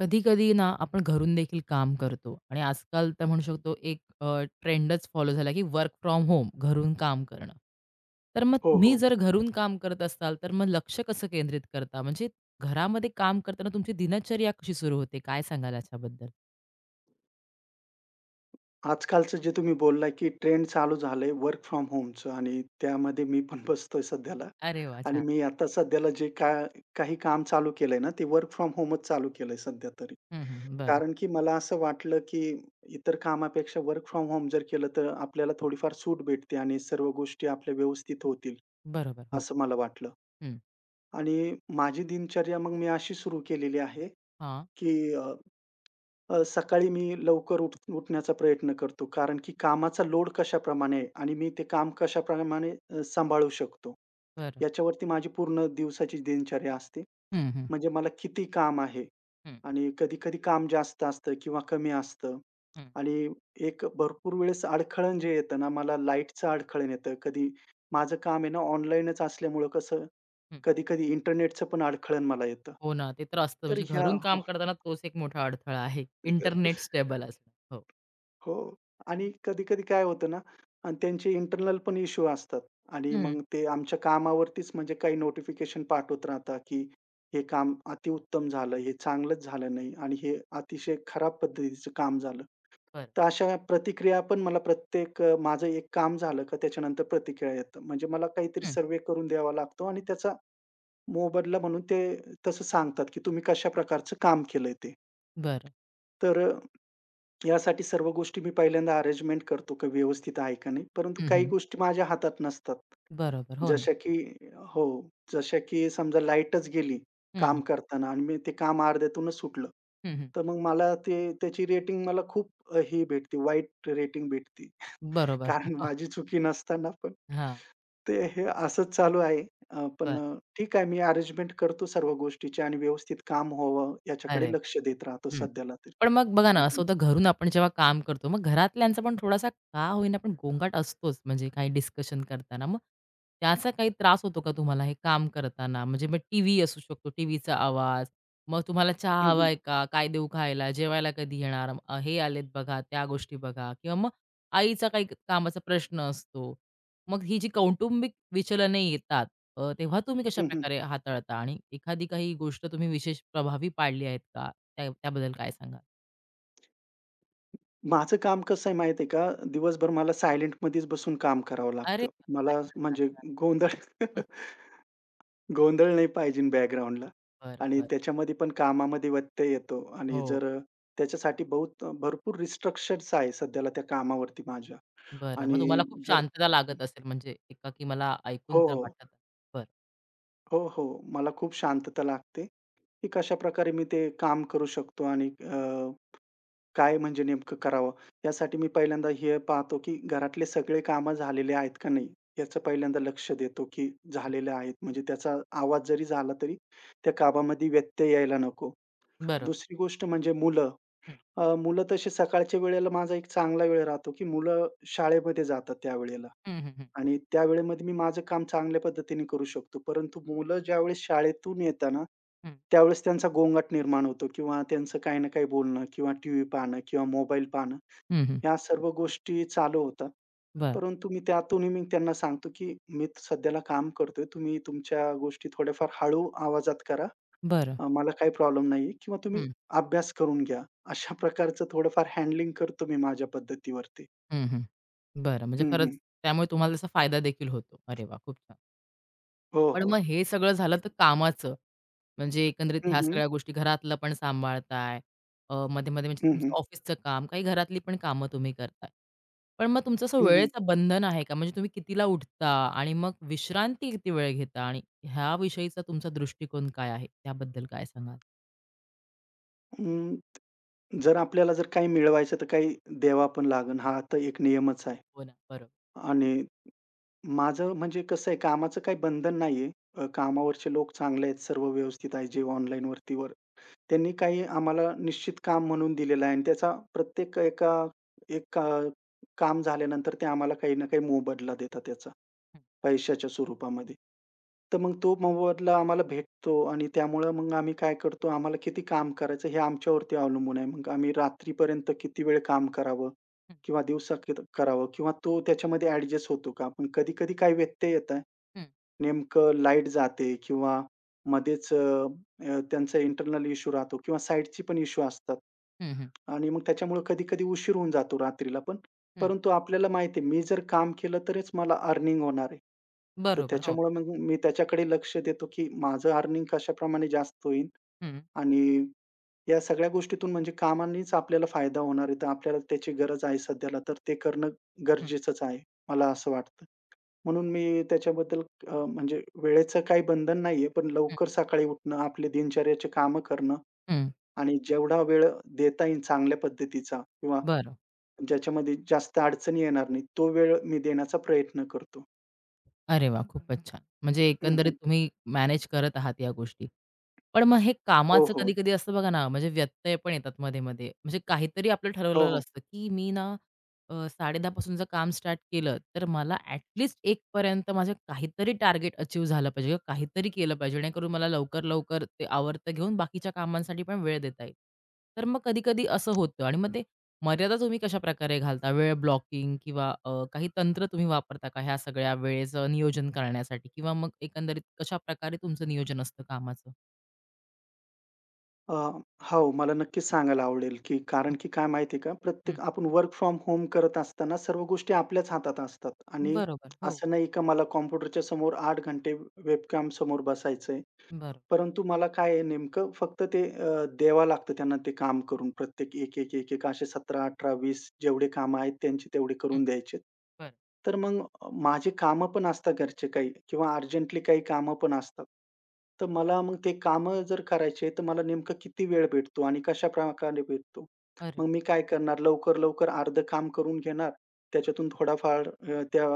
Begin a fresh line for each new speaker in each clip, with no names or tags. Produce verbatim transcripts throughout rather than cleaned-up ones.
कधी-कधी ना, आपण घरून देखील काम करतो आणि आजकाल तर म्हणू शकतो एक अ, ट्रेंडच फॉलो झाला, की वर्क फ्रॉम होम, घरून काम करणं. तर मग
हो,
तुम्ही
हो.
जर घरून काम करत असाल, तर मग लक्ष कसं केंद्रित करता? म्हणजे घरामध्ये काम करताना तुमची दिनचर्या कशी सुरू होते? काय सांगाल याच्याबद्दल?
आजकालचं जे तुम्ही बोलला, की ट्रेंड चालू झालंय वर्क फ्रॉम होमचं आणि त्यामध्ये मी पण बसतोय सध्याला
अरे वाह!
आणि
छान.
मी आता सध्याला जे का काही काम चालू केलंय ना, ते वर्क फ्रॉम होमच चालू केलंय सध्या तरी.
हं, हं. बरं.
कारण की मला असं वाटलं, की इतर कामापेक्षा वर्क फ्रॉम होम जर केलं, तर आपल्याला थोडीफार सूट भेटते आणि सर्व गोष्टी आपल्या व्यवस्थित होतील,
बरोबर. हो.
असं मला वाटलं.
हं.
आणि माझी दिनचर्या मग मी अशी सुरू केलेली आहे,
हां.
की अ, अ, सकाळी मी लवकर उठ उठण्याचा प्रयत्न करतो. कारण की कामाचा लोड कशाप्रमाणे आहे आणि मी ते काम कशाप्रमाणे अ, सांभाळू शकतो,
बरं.
याच्यावरती माझी पूर्ण दिवसाची दिनचर्या असते.
हं, हं.
म्हणजे मला किती काम आहे
हं,
आणि कधी-कधी काम जास्त असतं किंवा कमी असतं
हं,
आणि एक भरपूर वेळेस अडखळण जे येतं ना, मला लाईटचं अडखळण येतं. कधी माझं काम आहे ना, ऑनलाईनच असल्यामुळं कसं
हं.
कधी-कधी इंटरनेटचं पण अडखळण मला येतं.
हो ना, ते तर असतं.
तर
म्हणजे
ह्या
घरून काम करताना तोच एक मोठा अडथळा आहे. इंटरनेट स्टेबल असणं. हो.
हो. आणि कधी-कधी काय होतं ना अन् त्यांचे इंटरनल पण इश्यू असतात आणि
हं.
मग ते आमच्या कामावरतीच म्हणजे काही नोटिफिकेशन पाठवत राहतात, की हे काम अतिउत्तम झालं, हे चांगलंच झालं नाही आणि हे अतिशय खराब पद्धतीचं काम झालं.
बरं.
तर अशा प्रतिक्रिया पण मला प्रत्येक अ, माझं एक काम झालं का त्याच्यानंतर प्रतिक्रिया येतात. म्हणजे मला काहीतरी
हं.
सर्व्हे करून द्यावा लागतो आणि त्याचा मोबदला म्हणून ते तसं सांगतात, की तुम्ही कशा प्रकारचं काम केलंय ते.
बरं.
तर यासाठी सर्व गोष्टी मी पहिल्यांदा अरेंजमेंट करतो की व्यवस्थित आहे का नाही. परंतु
हं,
काही
हं.
गोष्टी माझ्या हातात नसतात.
बरोबर. हो ना.
जशा की हो, जशा की समजा लाईटच गेली
हं, हं.
काम करताना आणि मी ते काम अर्ध्यातूनच सुटलं.
हं, हं.
तर मग मला ते त्याची रेटिंग मला खूप अ, ही भेटते, वाईट रेटिंग भेटते.
बरोबर.
कारण माझी चुकी नसताना पण
हां.
ते हे असंच चालू आहे. अ, पण
बरं.
अ, ठीक आहे मी अरेंजमेंट करतो सर्व गोष्टीची आणि व्यवस्थित काम व्हावं
अरे
याच्याकडे लक्ष
वाह!
देत राहतो
हं.
सध्याला तरी.
पण मग बघा ना,
हं,
असं
हं.
होतं घरून आपण जेव्हा काम करतो, मग घरातल्यांचा पण थोडासा का होईना पण गोंगाट असतोच, म्हणजे काही डिस्कशन करताना. मग त्याचा काही त्रास होतो का तुम्हाला हे काम करताना? म्हणजे मग टीव्ही असू शकतो, टीव्हीचा आवाज, मग तुम्हाला चहा
हं, हं.
हवाय का? काय देऊ खायला? जेवायला कधी येणार? अ, हे आलेत बघा, त्या गोष्टी बघा किंवा मग आईचा काही कामाचा प्रश्न असतो. मग ही जी कौटुंबिक विचलने येतात, अ, तेव्हा तुम्ही कशाप्रकारे हाताळता आणि एखादी काही गोष्ट तुम्ही विशेष प्रभावी पाडली आहेत का? त्या त्याबद्दल काय सांगाल?
माझं काम कसं आहे माहिती आहे का? दिवसभर मला सायलेंटमध्येच बसून काम करावं
अरे
लागतं.
वाह! काय
मला
म्हणता?
म्हणजे गोंधळ
हं,
गोंधळ नाही पाहिजे बॅकग्राऊंडला
बरं,
आणि
बरं.
त्याच्यामध्ये पण कामामध्ये व्यत्यय येतो आणि
हो,
जर अ, त्याच्यासाठी बहुत भरपूर रिस्ट्रिक्शन्स आहे सध्याला त्या कामावरती माझ्या
बरं. मग
आणि
तुम्हाला खूप
जर
शांतता लागत असेल म्हणजे एकाकी मला ऐकून
हो,
तर
हो.
वाटत आहे. बरं,
हो, हो. मला खूप शांतता लागते, की कशाप्रकारे मी ते काम करू शकतो आणि काय म्हणजे नेमकं करावं? यासाठी मी पहिल्यांदा हे पाहतो, की घरातले सगळे कामं झालेले आहेत का नाही? याचं पहिल्यांदा लक्ष देतो, की झालेले आहेत. म्हणजे त्याचा आवाज जरी झाला तरी त्या कामामध्ये व्यत्यय यायला नको.
बरोबर.
दुसरी गोष्ट म्हणजे मुलं.
हं,
अ, मुलं तशी सकाळच्या वेळेला माझा एक चांगला वेळ राहतो, की मुलं शाळेमध्ये जातात त्यावेळेला
हं, हं, हं,
आणि त्या वेळेमध्ये मी माझं काम चांगल्या पद्धतीने करू शकतो. परंतु मुलं ज्यावेळेस शाळेतून येताना,
हं,
त्यावेळेस त्यांचा गोंगाट निर्माण होतो किंवा त्यांचं काही ना काही बोलणं किंवा टीव्ही पाहणं किंवा मोबाईल पाहणं
हं, हं.
ह्या सर्व गोष्टी चालू होता.
बरं,
परंतु मी त्यातूनही मी त्यांना सांगतो, की मी सध्याला काम करतोय. तुम्ही तुमच्या गोष्टी थोड्याफार हळू आवाजात करा.
बरं.
अ, मला काही प्रॉब्लेम नाहीये किंवा तुम्ही
हं,
अभ्यास करून घ्या. अशा प्रकारचं थोडंफार हँडलिंग करतो मी माझ्या पद्धतीवरती.
हं, हं. बरं, म्हणजे
हं,
खरंच
हं.
त्यामुळे तुम्हाला त्याचा फायदा देखील होतो. अरे वाह! खूप छान.
हो,
पण
हो.
मग हे सगळं झालं तर कामाचं. म्हणजे एकंदरीत
हं,
ह्या
हं.
सगळ्या गोष्टी घरातलं पण सांभाळताय. अ, मध्ये-मध्ये म्हणजे
हं,
तुमचं
हं.
ऑफिसचं काम, काही घरातली पण कामं तुम्ही करताय. पण मग तुमचं असं
हं,
वेळेचं बंधन आहे का? म्हणजे तुम्ही कितीला उठता आणि मग विश्रांती किती वेळ घेता आणि ह्याविषयीचा तुमचा दृष्टिकोन काय आहे? त्याबद्दल काय सांगाल?
अं, जर आपल्याला जर काही मिळवायचं तर काही द्यावा पण लागेल. हा तर एक नियमच
हो
आहे
हो ना, बरोबर.
आणि माझं म्हणजे कसं आहे, कामाचं काही बंधन नाहीये. अ, कामावरचे लोक चांगले आहेत, सर्व व्यवस्थित आहे जे ऑनलाईनवरती वर त्यांनी काही आम्हाला निश्चित काम म्हणून दिलेलं आहे आणि त्याचा प्रत्येक एका एक काम झाल्यानंतर ते आम्हाला काही ना काही मोबदला देतात त्याचा.
हं,
पैशाच्या स्वरूपामध्ये. तर मग तो मोबदला आम्हाला भेटतो आणि त्यामुळं मग आम्ही काय करतो, आम्हाला किती काम करायचं हे आमच्यावरती अवलंबून आहे. मग आम्ही रात्रीपर्यंत किती वेळ काम करावं
हं,
किंवा दिवसा किती करावं किंवा तो त्याच्यामध्ये ॲडजस्ट होतो का? पण कधी-कधी काही व्यत्यय येतं. नेमकं लाईट जाते किंवा मध्येच अ, अ, त्यांचा इंटरनल इश्यू राहतो किंवा साईटची पण इश्यू असतात.
हं, हं, हं,
आणि मग त्याच्यामुळे कधी-कधी उशीर होऊन जातो रात्रीला पण. परंतु आपल्याला माहिती आहे, मी जर काम केलं तरच मला अर्निंग होणार आहे. तर
बरोबर. हो.
त्याच्यामुळे मग मी त्याच्याकडे लक्ष देतो, की माझं अर्निंग कशाप्रमाणे जास्त होईल
हं,
आणि या सगळ्या गोष्टीतून म्हणजे कामानेच आपल्याला फायदा होणार आहे. तर आपल्याला त्याची गरज आहे सध्याला, तर ते करणं
हं,
गरजेचंच आहे, मला असं वाटतं. म्हणून मी त्याच्याबद्दल अ, म्हणजे वेळेचं काही बंधन नाहीये, पण
हं,
लवकर सकाळी उठणं, आपली दिनचर्याची कामं करणं
हं.
आणि जेवढा वेळ देता येईल चांगल्या पद्धतीचा किंवा
बरं.
ज्याच्यामध्ये जास्त अडचणी येणार नाही, तो वेळ मी देण्याचा प्रयत्न करतो.
अरे वाह! खूपच छान. म्हणजे
हं,
एकंदरीत
हं.
तुम्ही मॅनेज करत आहात या गोष्टी. पण मग हे
हो,
कामाचं
हो.
कधी-कधी असतं बघा ना, म्हणजे व्यत्यय पण येतात मध्ये-मध्ये. म्हणजे काहीतरी आपलं
हो,
ठरवलेलं
हो.
असतं, की मी ना अ, साडे दहा पासून जर काम स्टार्ट केलं, तर मला ॲट लीस्ट पर्यंत माझं काहीतरी टार्गेट अचीव्ह झालं पाहिजे किंवा काहीतरी केलं पाहिजे, जेणेकरून मला लवकर-लवकर ते आवर्त घेऊन बाकीच्या कामांसाठी पण वेळ देता येईल. तर मग कधी-कधी असं होतं आणि मग ते मर्यादा तुम्ही कशाप्रकारे घालता? वेळ ब्लॉकिंग किंवा अ, काही तंत्र तुम्ही वापरता का ह्या सगळ्या वेळेचं नियोजन करण्यासाठी? किंवा मग एकंदरीत कशाप्रकारे तुमचं नियोजन असतं कामाचं?
अ, हो, मला नक्कीच सांगायला आवडेल, की
हं,
कारण की काय माहिती आहे का,
हं.
प्रत्येक आपण वर्क फ्रॉम होम करत असताना सर्व गोष्टी आपल्याच हातात असतात आणि
बरोबर. हो.
असं नाही का मला कॉम्प्युटरच्या समोर आठ घंटे वेबकॅम समोर बसायचंय.
बरं.
परंतु मला काय आहे नेमकं फक्त ते अ, द्यावं लागतं त्यांना ते काम करून प्रत्येक एक, एक, एक, एक असे सतरा, अठरा, वीस जेवढे कामं आहेत त्यांची तेवढे करून
हं,
द्यायचे.
बरं.
तर मग अ, माझे कामं पण असतात घरचे काही किंवा अर्जंटली काही कामं पण असतात. तर मला मग ते कामं जर करायचे तर मला नेमकं किती वेळ भेटतो आणि कशाप्रकारे भेटतो?
अरे
मग
वाह!
मी काय करणार लवकर, लवकर अर्धं काम करून घेणार. त्याच्यातून थोडाफार अ, त्या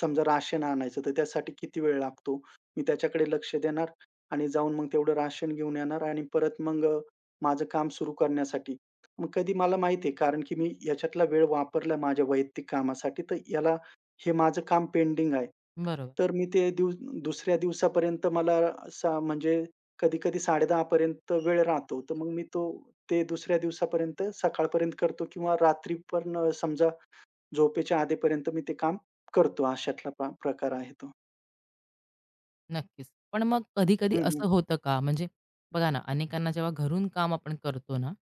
समजा राशन आणायचं तर त्यासाठी किती वेळ लागतो? मी त्याच्याकडे लक्ष देणार. आणि जाऊन मग तेवढं राशन घेऊन येणार आणि परत मग अ, माझं काम सुरू करण्यासाठी. मग कधी मला माहिती आहे कारण की मी याच्यातला वेळ वापरला माझ्या वैयक्तिक कामासाठी, तर याला हे माझं काम पेंडिंग आहे.
बरोबर.
तर मी ते दिव दुसऱ्या दिवसापर्यंत मला असा म्हणजे कधी-कधी साडे दहा पर्यंत वेळ राहतो. तर मग मी तो ते दुसऱ्या दिवसापर्यंत सकाळपर्यंत करतो किंवा रात्री पण अ, समजा झोपेच्या आधीपर्यंत मी ते काम करतो. अशातला प्रा प्रकार आहे तो.
नक्कीच. पण मग कधी-कधी
हं, हं.
असं होतं का? म्हणजे बघा ना, अनेकांना जेव्हा घरून काम आपण करतो ना,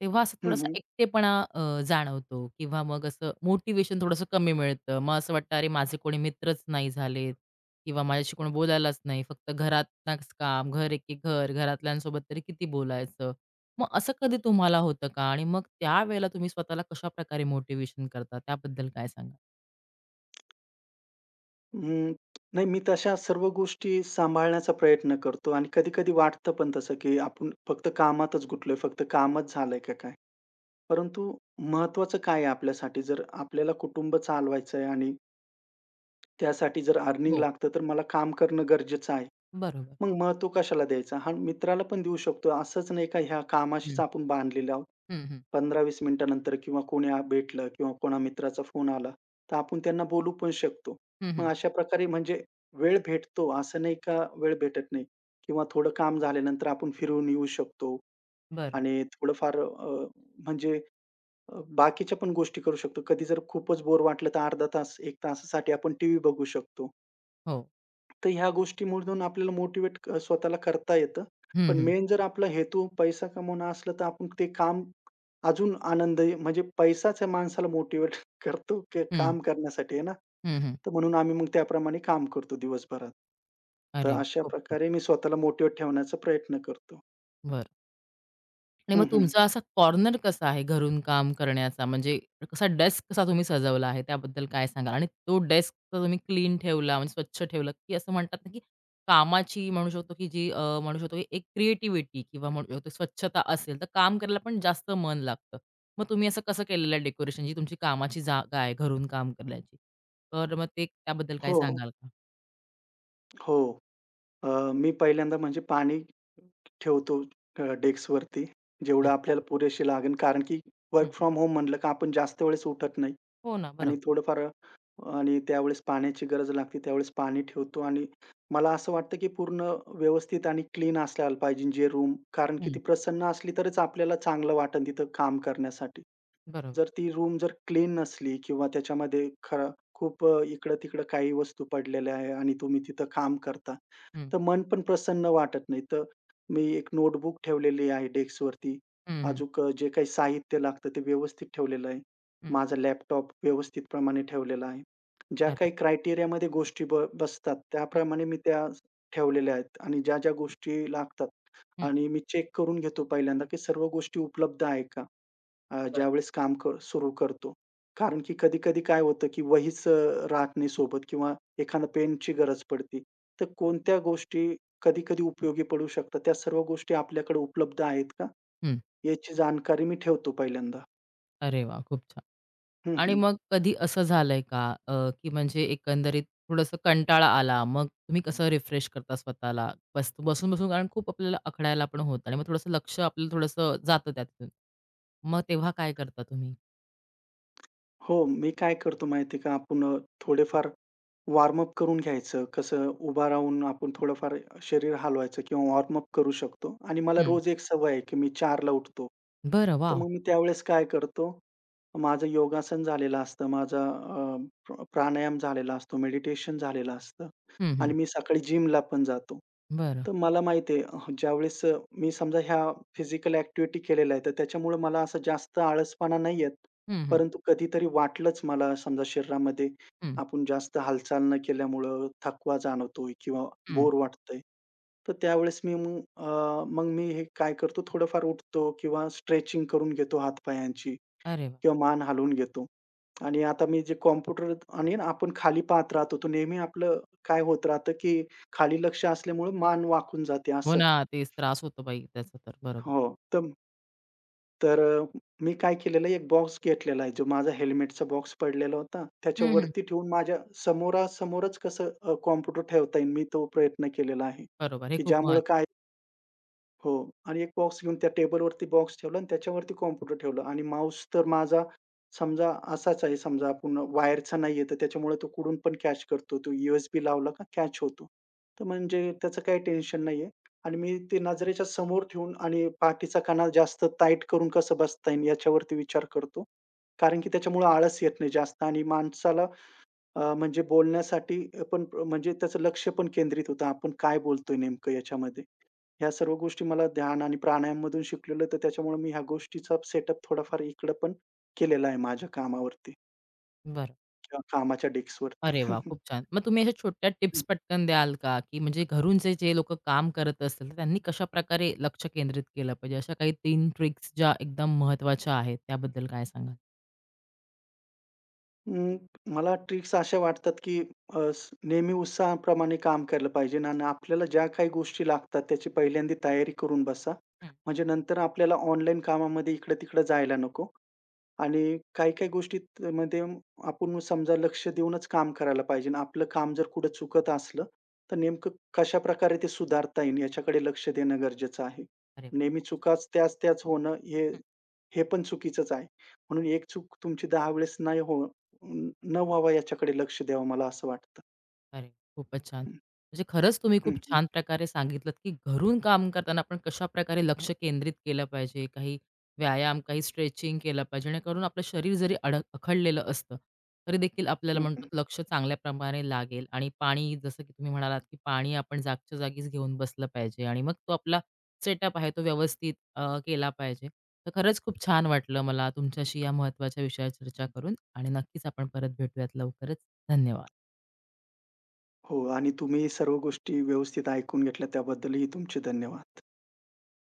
तेव्हा असं थोडासा
हं,
एकटेपणा अ, जाणवतो किंवा मग असं मोटिव्हेशन थोडंसं कमी मिळतं. मग असं वाटतं, "अरे, माझे कोणी मित्रच नाही झालेत किंवा माझ्याशी कोणी बोलायलाच नाही. फक्त घरातनच काम, घर एके घर, घरातल्यांसोबत तरी किती बोलायचं?" मग असं कधी तुम्हाला होतं का? आणि मग त्यावेळेला तुम्ही स्वतःला कशाप्रकारे मोटिव्हेशन करता? त्याबद्दल काय सांगाल?
हं, नाही मी तशा सर्व गोष्टी सांभाळण्याचा प्रयत्न करतो आणि कधी-कधी वाटतं पण तसं, की आपण फक्त कामातच गुंतलोय, फक्त कामच झालंय का काय? परंतु महत्त्वाचं काय आहे आपल्यासाठी? जर आपल्याला कुटुंब चालवायचंय आणि त्यासाठी जर अर्निंग
हो,
लागतं, तर मला काम करणं गरजेचं आहे.
बरोबर.
मग महत्त्व कशाला द्यायचं? हा मित्राला पण देऊ शकतो. असंच नाही का ह्या कामाशीच
हं.
आपण बांधलेले आहोत.
हं, हं.
पंधरा वीस मिनिटानंतर किंवा कोणी आ भेटलं किंवा कोणा मित्राचा फोन आला, तर आपण त्यांना बोलू पण शकतो.
हं,
मग
हं.
अशा प्रकारे म्हणजे वेळ भेटतो, असं नाही का वेळ भेटत नाही किंवा थोडं काम झाल्यानंतर आपण फिरून येऊ शकतो
बरोबर.
आणि थोडंफार अ, म्हणजे अ, बाकीच्या पण गोष्टी करू शकतो. कधी जर खूपच बोर वाटलं, तर अर्धा तास, एक तासासाठी आपण टीव्ही बघू शकतो.
हो.
तर ह्या गोष्टीमधून आपल्याला मोटिवेट क स्वतःला करता येतं.
हं,
पण
हं.
मेन जर आपला हेतू पैसा कमवणं असला, तर आपण ते काम अजून आनंददायी म्हणजे पैसाच या माणसाला मोटिवेट करतो की
हं,
काम करण्यासाठी आहे ना.
हं, हं.
तर म्हणून आम्ही मग त्याप्रमाणे काम करतो दिवसभरात. तर
अरे वाह!
अशा
खूप छान.
प्रकारे मी स्वतःला मोटिव्हेट ठेवण्याचा प्रयत्न करतो.
बरं आणि मग
हं, हं.
तुमचा असा कॉर्नर कसा आहे घरून काम करण्याचा? म्हणजे कसा डेस्क कसा तुम्ही सजवला आहे? त्याबद्दल काय सांगाल? आणि तो डेस्क तर तुम्ही क्लीन ठेवला म्हणजे स्वच्छ ठेवला, की असं म्हणतात ना, की कामाची म्हणू शकतो, की जी अ, म्हणू शकतो, की एक क्रिएटिव्हिटी किंवा म्हणू शकतो स्वच्छता असेल, तर काम करायला पण जास्त मन लागतं. मग तुम्ही असं कसं केलेलं आहे डेकोरेशन जी तुमची कामाची जागा आहे घरून काम करण्याची? तर मग ते त्याबद्दल काय
हो, हो.
सांगाल का?
हो. अ, मी पहिल्यांदा म्हणजे पाणी ठेवतो अ, डेस्कवरती. जेवढं
अच्छा.
आपल्याला पुरेसे लागेल कारण की
हं.
वर्क फ्रॉम होम म्हणलं का आपण जास्त वेळेस उठत नाही.
हो ना.
आणि
बरोबर.
थोडंफार आणि त्यावेळेस पाण्याची गरज लागते, त्यावेळेस पाणी ठेवतो आणि मला असं वाटतं, की पूर्ण व्यवस्थित आणि क्लीन असायला पाहिजे जे रूम कारण की
हं.
ती प्रसन्न असली तरच आपल्याला चांगलं वाटेल तिथं काम करण्यासाठी.
बरोबर.
जर ती रूम जर क्लीन नसली किंवा त्याच्यामध्ये खरं खूप अ, इकडं-तिकडं काही वस्तू पडलेल्या आहे आणि तुम्ही तिथं काम करता, तर मन पण प्रसन्न वाटत नाही. तर मी एक नोटबुक ठेवलेली आहे डेस्कवरती.
हं, हं,
अजूक अ, जे काही साहित्य लागतं ते व्यवस्थित ठेवलेलं आहे.
हं.
माझा लॅपटॉप व्यवस्थित प्रमाणे ठेवलेला आहे. ज्या
अरे
काही
वाह!
क्रायटेरियामध्ये गोष्टी ब बसतात
हं,
त्याप्रमाणे मी त्या ठेवलेल्या आहेत आणि ज्या-ज्या गोष्टी लागतात
हं.
आणि मी चेक करून घेतो पहिल्यांदा, की सर्व गोष्टी उपलब्ध आहे का? अ,
बरं.
ज्यावेळेस काम कर सुरू करतो. कारण की कधी-कधी काय होतं, की वहीच अ, राहत नाही सोबत किंवा एखाद्या पेनची गरज पडते. तर कोणत्या गोष्टी कधी-कधी उपयोगी पडू शकतात? त्या सर्व गोष्टी आपल्याकडे उपलब्ध आहेत का?
हं.
याची जानकारी मी ठेवतो पहिल्यांदा.
अरे वाह! खूप छान.
हं,
आणि
हं.
मग कधी असं झालंय का अ, की म्हणजे एकंदरीत थोडंसं कंटाळा आला, मग तुम्ही कसं रिफ्रेश करता स्वतःला? बस बसून-बसून कारण खूप आपल्याला अखड़ायला पण होतं आणि मग थोडंसं लक्ष आपलं थोडंसं जातं त्यातून. मग तेव्हा काय करता तुम्ही?
हो, मी काय करतो माहिती का? आपण अ, थोडेफार वॉर्मअप करून घ्यायचं. कसं उभा राहून आपण थोडंफार शरीर हलवायचं किंवा वॉर्मअप करू शकतो आणि मला
हं.
रोज एक सवय आहे, की मी चारला उठतो.
बरं.
तर
वॉव!
मग मी त्यावेळेस काय करतो, माझं योगासन झालेलं असतं, माझा अ, प्र प्राणायाम झालेला असतो, मेडिटेशन झालेलं असतं
हं, हं.
आणि मी सकाळी जिमला पण जातो.
बरं.
तर मला माहिती आहे अ, ज्यावेळेस अ, मी समजा ह्या फिजिकल ॲक्टिव्हिटी केलेल्या आहेत, तर त्याच्यामुळे मला असं जास्त आळसपणा नाही येत.
हं, हं.
परंतु कधीतरी वाटलंच मला समजा शरीरामध्ये
हं,
आपण जास्त हालचाल न केल्यामुळं थकवा जाणवतोय किंवा
हं.
बोर वाटतंय. तर त्यावेळेस मी मग अ, मग मी हे काय करतो थोडंफार उठतो किंवा स्ट्रेचिंग करून घेतो हात-पायांची
अरे वाह!
किंवा मान हलवून घेतो. आणि आता मी जे कॉम्प्युटर आणि ना आपण खाली पाहत राहतो, तर नेहमी आपलं काय होत राहतं, की खाली लक्ष असल्यामुळं मान वाकून जाते
हो
असं.
ना, तेच त्रास होतो बाई त्याचा तर. बरोबर.
हो, तर तर अ, मी काय केलेलं आहे, एक बॉक्स घेतलेला आहे, जो माझा हेल्मेटचा बॉक्स पडलेला होता.
हं, हं.
त्याच्यावरती ठेवून माझ्या समोरासमोरच कसं अ, कॉम्प्युटर ठेवता येईल, मी तो प्रयत्न केलेला आहे,
बरोबर. हे
की
खूप
ज्यामुळं
महत्वाचं.
काय हो आणि एक बॉक्स घेऊन त्या टेबलवरती बॉक्स ठेवला आणि त्याच्यावरती कॉम्प्युटर ठेवला आणि माऊस तर माझा समजा असाच आहे समजा आपण वायरचा नाहीये तर त्याच्यामुळे तो कुठून पण कॅच करतो. तो यूएसबी लावला का कॅच होतो. तर म्हणजे त्याचं काही टेन्शन नाहीये आणि मी ते नजरेच्या समोर ठेवून आणि पाठीचा कणा जास्त टाईट करून कसं बसता येईल याच्यावरती विचार करतो. कारण की त्याच्यामुळे आळस येत नाही जास्त आणि माणसाला अ, म्हणजे बोलण्यासाठी पण म्हणजे त्याचं लक्ष पण केंद्रित होतं, आपण काय बोलतोय नेमकं याच्यामध्ये. ह्या सर्व गोष्टी मला ध्यान आणि प्राणायाममधून शिकलेलं, तर त्याच्यामुळे मी ह्या गोष्टीचा सेटअप थोडाफार इकडं पण केलेला आहे माझ्या कामावरती
बरं.
किंवा कामाच्या डेस्कवरती.
अरे वा, खूप छान. मग तुम्ही अशा छोट्या टिप्स
हं,
पटकन द्याल का? की म्हणजे घरून जे जे लोकं काम करत असतील, तर त्यांनी कशाप्रकारे लक्ष केंद्रित केलं पाहिजे? अशा काही तीन ट्रिक्स ज्या एकदम महत्त्वाच्या आहेत, त्याबद्दल काय सांगाल?
अं, मला ट्रिक्स अशा वाटतात, की अ, स नेहमी उत्साहाप्रमाणे काम केलं पाहिजे ना, आणि आपल्याला ज्या काही गोष्टी लागतात, त्याची पहिल्यांदा तयारी करून बसा.
हं.
म्हणजे नंतर आपल्याला ऑनलाईन कामामध्ये इकडं-तिकडं जायला नको. आणि काही-काही गोष्टीत मध्ये आपण समजा लक्ष देऊनच काम करायला पाहिजे आणि आपलं काम जर कुठं चुकत असलं, तर नेमकं कशाप्रकारे ते सुधारता येईल याच्याकडे लक्ष देणं गरजेचं आहे.
अरे वा,
नेहमी
खूप छान.
चुकाच त्याच-त्याच होणं हे हे पण चुकीचंच आहे. म्हणून एक चूक तुमची दहा वेळेस नाही हो न व्हावा याच्याकडे लक्ष द्यावं मला असं वाटतं.
अरे, खूपच छान. म्हणजे खरंच तुम्ही
हं,
खूप
हं, हं,
छान प्रकारे सांगितलत, की घरून काम करताना आपण कशाप्रकारे लक्ष केंद्रित केलं पाहिजे. काही व्यायाम, काही स्ट्रेचिंग केलं पाहिजे जेणेकरून आपलं शरीर जरी अड अखडलेलं असतं, तरी देखील आपल्याला
हं,
म्हणतो
हं.
लक्ष चांगल्या प्रमाणे लागेल आणि पाणी जसं की तुम्ही म्हणालात, की पाणी आपण जागच्या जागीच घेऊन बसलं पाहिजे आणि मग तो आपला सेटअप आहे तो व्यवस्थित अ, केला पाहिजे. तर खरंच खूप छान वाटलं मला तुमच्याशी या महत्त्वाच्या विषयावर चर्चा करून आणि नक्कीच आपण परत भेटूयात लवकरच. धन्यवाद.
हो आणि तुम्ही सर्व गोष्टी व्यवस्थित ऐकून घेतल्या त्याबद्दलही तुमचे धन्यवाद.